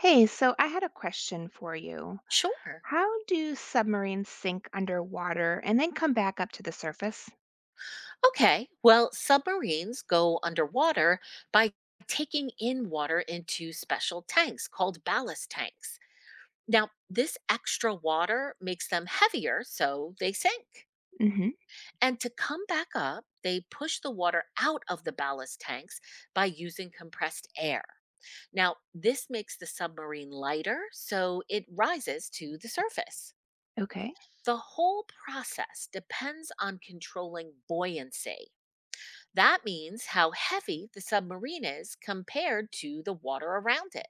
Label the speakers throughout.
Speaker 1: Hey, so I had a question for you.
Speaker 2: Sure.
Speaker 1: How do submarines sink underwater and then come back up to the surface?
Speaker 2: Okay. Well, submarines go underwater by taking in water into special tanks called ballast tanks. Now, this extra water makes them heavier, so they sink.
Speaker 1: Hmm.
Speaker 2: And to come back up, they push the water out of the ballast tanks by using compressed air. Now, this makes the submarine lighter, so it rises to the surface.
Speaker 1: Okay.
Speaker 2: The whole process depends on controlling buoyancy. That means how heavy the submarine is compared to the water around it.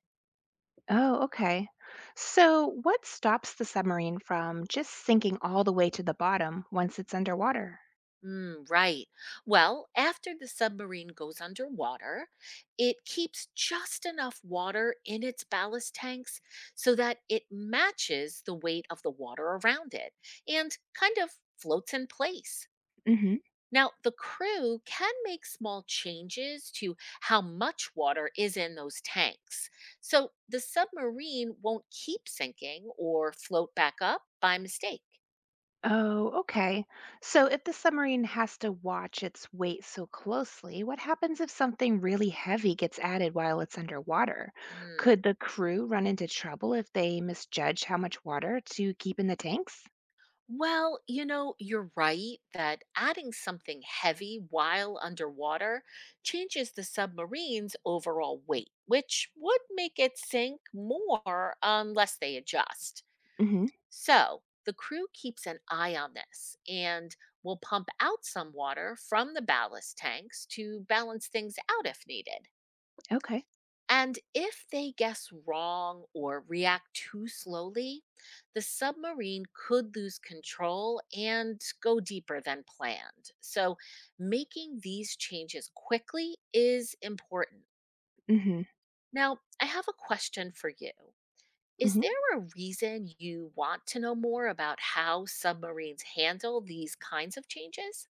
Speaker 1: Oh, okay. So, what stops the submarine from just sinking all the way to the bottom once it's underwater?
Speaker 2: Right. Well, after the submarine goes underwater, it keeps just enough water in its ballast tanks so that it matches the weight of the water around it and kind of floats in place. Now, the crew can make small changes to how much water is in those tanks. So the submarine won't keep sinking or float back up by mistake.
Speaker 1: Oh, okay. So if the submarine has to watch its weight so closely, what happens if something really heavy gets added while it's underwater?
Speaker 2: Mm.
Speaker 1: Could the crew run into trouble if they misjudge how much water to keep in the tanks?
Speaker 2: Well, you're right that adding something heavy while underwater changes the submarine's overall weight, which would make it sink more unless they adjust.
Speaker 1: Hmm.
Speaker 2: So the crew keeps an eye on this and will pump out some water from the ballast tanks to balance things out if needed.
Speaker 1: Okay.
Speaker 2: And if they guess wrong or react too slowly, the submarine could lose control and go deeper than planned. So, making these changes quickly is important.
Speaker 1: Hmm.
Speaker 2: Now, I have a question for you. Is
Speaker 1: Hmm.
Speaker 2: there a reason you want to know more about how submarines handle these kinds of changes?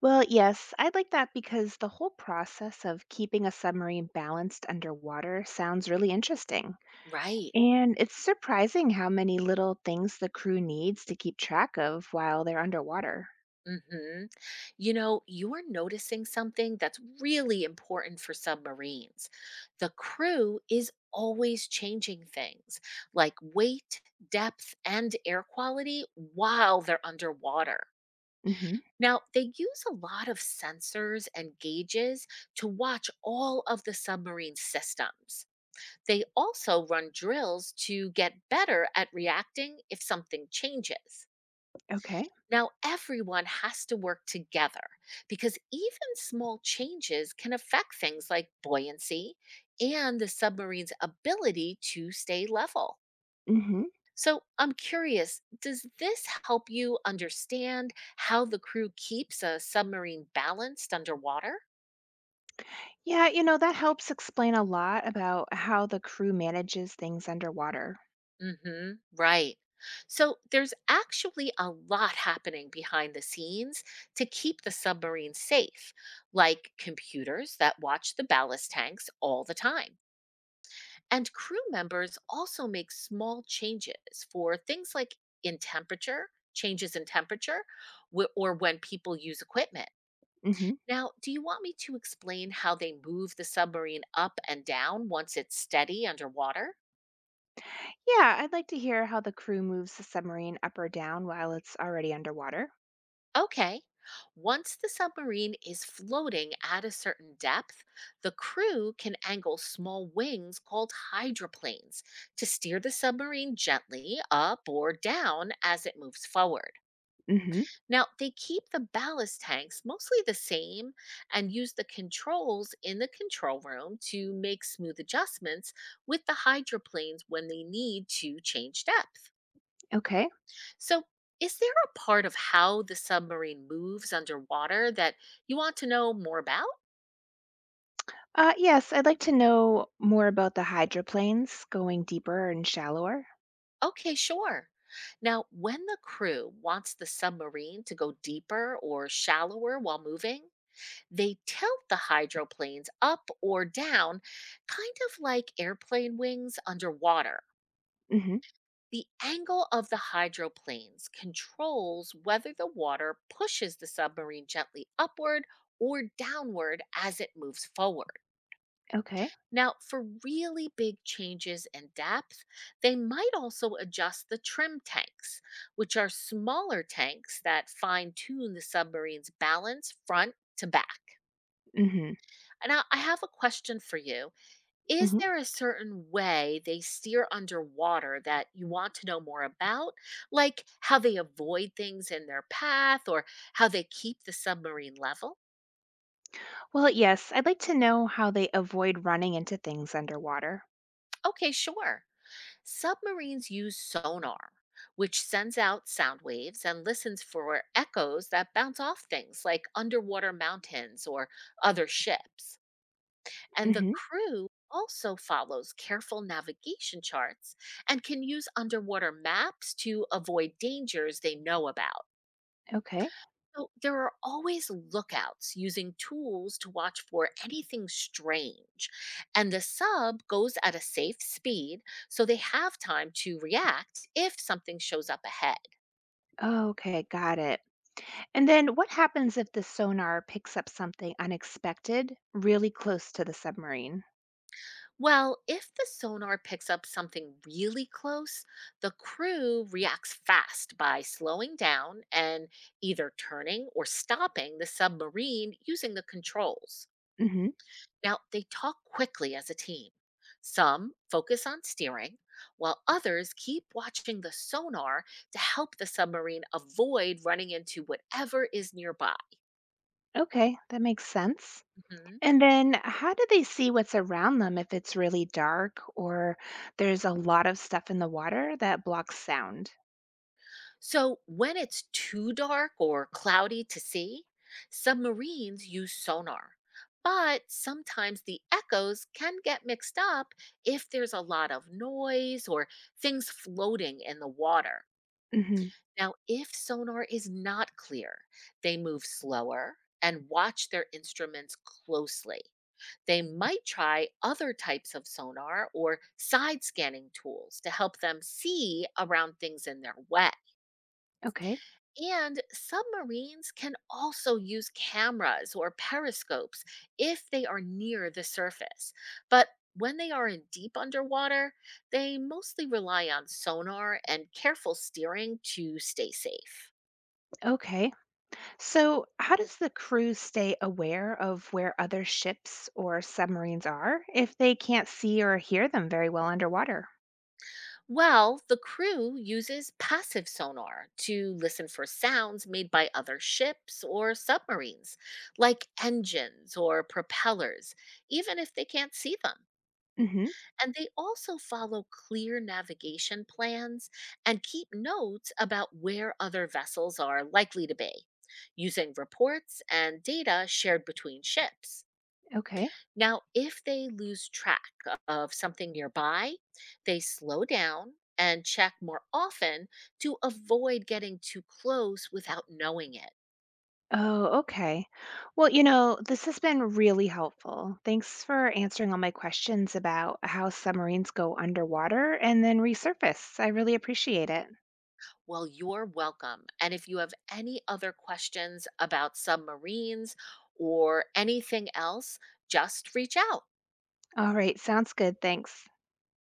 Speaker 1: Well, yes, I'd like that because the whole process of keeping a submarine balanced underwater sounds really interesting.
Speaker 2: Right.
Speaker 1: And it's surprising how many little things the crew needs to keep track of while they're underwater.
Speaker 2: Hmm. You are noticing something that's really important for submarines. The crew is always changing things like weight, depth, and air quality while they're underwater.
Speaker 1: Hmm.
Speaker 2: Now, they use a lot of sensors and gauges to watch all of the submarine systems. They also run drills to get better at reacting if something changes.
Speaker 1: Okay.
Speaker 2: Now, everyone has to work together because even small changes can affect things like buoyancy and the submarine's ability to stay level.
Speaker 1: Hmm.
Speaker 2: So, I'm curious, does this help you understand how the crew keeps a submarine balanced underwater?
Speaker 1: Yeah, that helps explain a lot about how the crew manages things underwater.
Speaker 2: Hmm. Right. So there's actually a lot happening behind the scenes to keep the submarine safe, like computers that watch the ballast tanks all the time. And crew members also make small changes for things like changes in temperature, or when people use equipment.
Speaker 1: Hmm.
Speaker 2: Now, do you want me to explain how they move the submarine up and down once it's steady underwater?
Speaker 1: Yeah, I'd like to hear how the crew moves the submarine up or down while it's already underwater.
Speaker 2: Okay. Once the submarine is floating at a certain depth, the crew can angle small wings called hydroplanes to steer the submarine gently up or down as it moves forward.
Speaker 1: Hmm.
Speaker 2: Now, they keep the ballast tanks mostly the same and use the controls in the control room to make smooth adjustments with the hydroplanes when they need to change depth.
Speaker 1: Okay.
Speaker 2: So, is there a part of how the submarine moves underwater that you want to know more about?
Speaker 1: Yes, I'd like to know more about the hydroplanes going deeper and shallower.
Speaker 2: Okay, sure. Now, when the crew wants the submarine to go deeper or shallower while moving, they tilt the hydroplanes up or down, kind of like airplane wings underwater.
Speaker 1: Hmm.
Speaker 2: The angle of the hydroplanes controls whether the water pushes the submarine gently upward or downward as it moves forward.
Speaker 1: Okay.
Speaker 2: Now, for really big changes in depth, they might also adjust the trim tanks, which are smaller tanks that fine tune the submarine's balance front to back.
Speaker 1: Hmm.
Speaker 2: Now, I have a question for you. Is
Speaker 1: Hmm.
Speaker 2: there a certain way they steer underwater that you want to know more about? Like how they avoid things in their path or how they keep the submarine level?
Speaker 1: Well, yes, I'd like to know how they avoid running into things underwater.
Speaker 2: Okay, sure. Submarines use sonar, which sends out sound waves and listens for echoes that bounce off things like underwater mountains or other ships. And the
Speaker 1: Hmm.
Speaker 2: crew also follows careful navigation charts and can use underwater maps to avoid dangers they know about.
Speaker 1: Okay.
Speaker 2: So there are always lookouts using tools to watch for anything strange. And the sub goes at a safe speed so they have time to react if something shows up ahead.
Speaker 1: Oh, okay, got it. And then what happens if the sonar picks up something unexpected really close to the submarine?
Speaker 2: Well, if the sonar picks up something really close, the crew reacts fast by slowing down and either turning or stopping the submarine using the controls.
Speaker 1: Hmm.
Speaker 2: Now, they talk quickly as a team. Some focus on steering, while others keep watching the sonar to help the submarine avoid running into whatever is nearby.
Speaker 1: Okay, that makes sense.
Speaker 2: Hmm.
Speaker 1: And then how do they see what's around them if it's really dark or there's a lot of stuff in the water that blocks sound?
Speaker 2: So, when it's too dark or cloudy to see, submarines use sonar. But sometimes the echoes can get mixed up if there's a lot of noise or things floating in the water.
Speaker 1: Hmm.
Speaker 2: Now, if sonar is not clear, they move slower and watch their instruments closely. They might try other types of sonar or side scanning tools to help them see around things in their way.
Speaker 1: Okay,
Speaker 2: And submarines can also use cameras or periscopes if they are near the surface. But when they are in deep underwater, they mostly rely on sonar and careful steering to stay safe.
Speaker 1: okay. So, how does the crew stay aware of where other ships or submarines are if they can't see or hear them very well underwater?
Speaker 2: Well, the crew uses passive sonar to listen for sounds made by other ships or submarines, like engines or propellers, even if they can't see them.
Speaker 1: Hmm.
Speaker 2: And they also follow clear navigation plans and keep notes about where other vessels are likely to be, using reports and data shared between ships.
Speaker 1: Okay.
Speaker 2: Now, if they lose track of something nearby, they slow down and check more often to avoid getting too close without knowing it.
Speaker 1: Oh, okay. Well, this has been really helpful. Thanks for answering all my questions about how submarines go underwater and then resurface. I really appreciate it.
Speaker 2: Well, you're welcome. And if you have any other questions about submarines or anything else, just reach out.
Speaker 1: All right, sounds good. Thanks.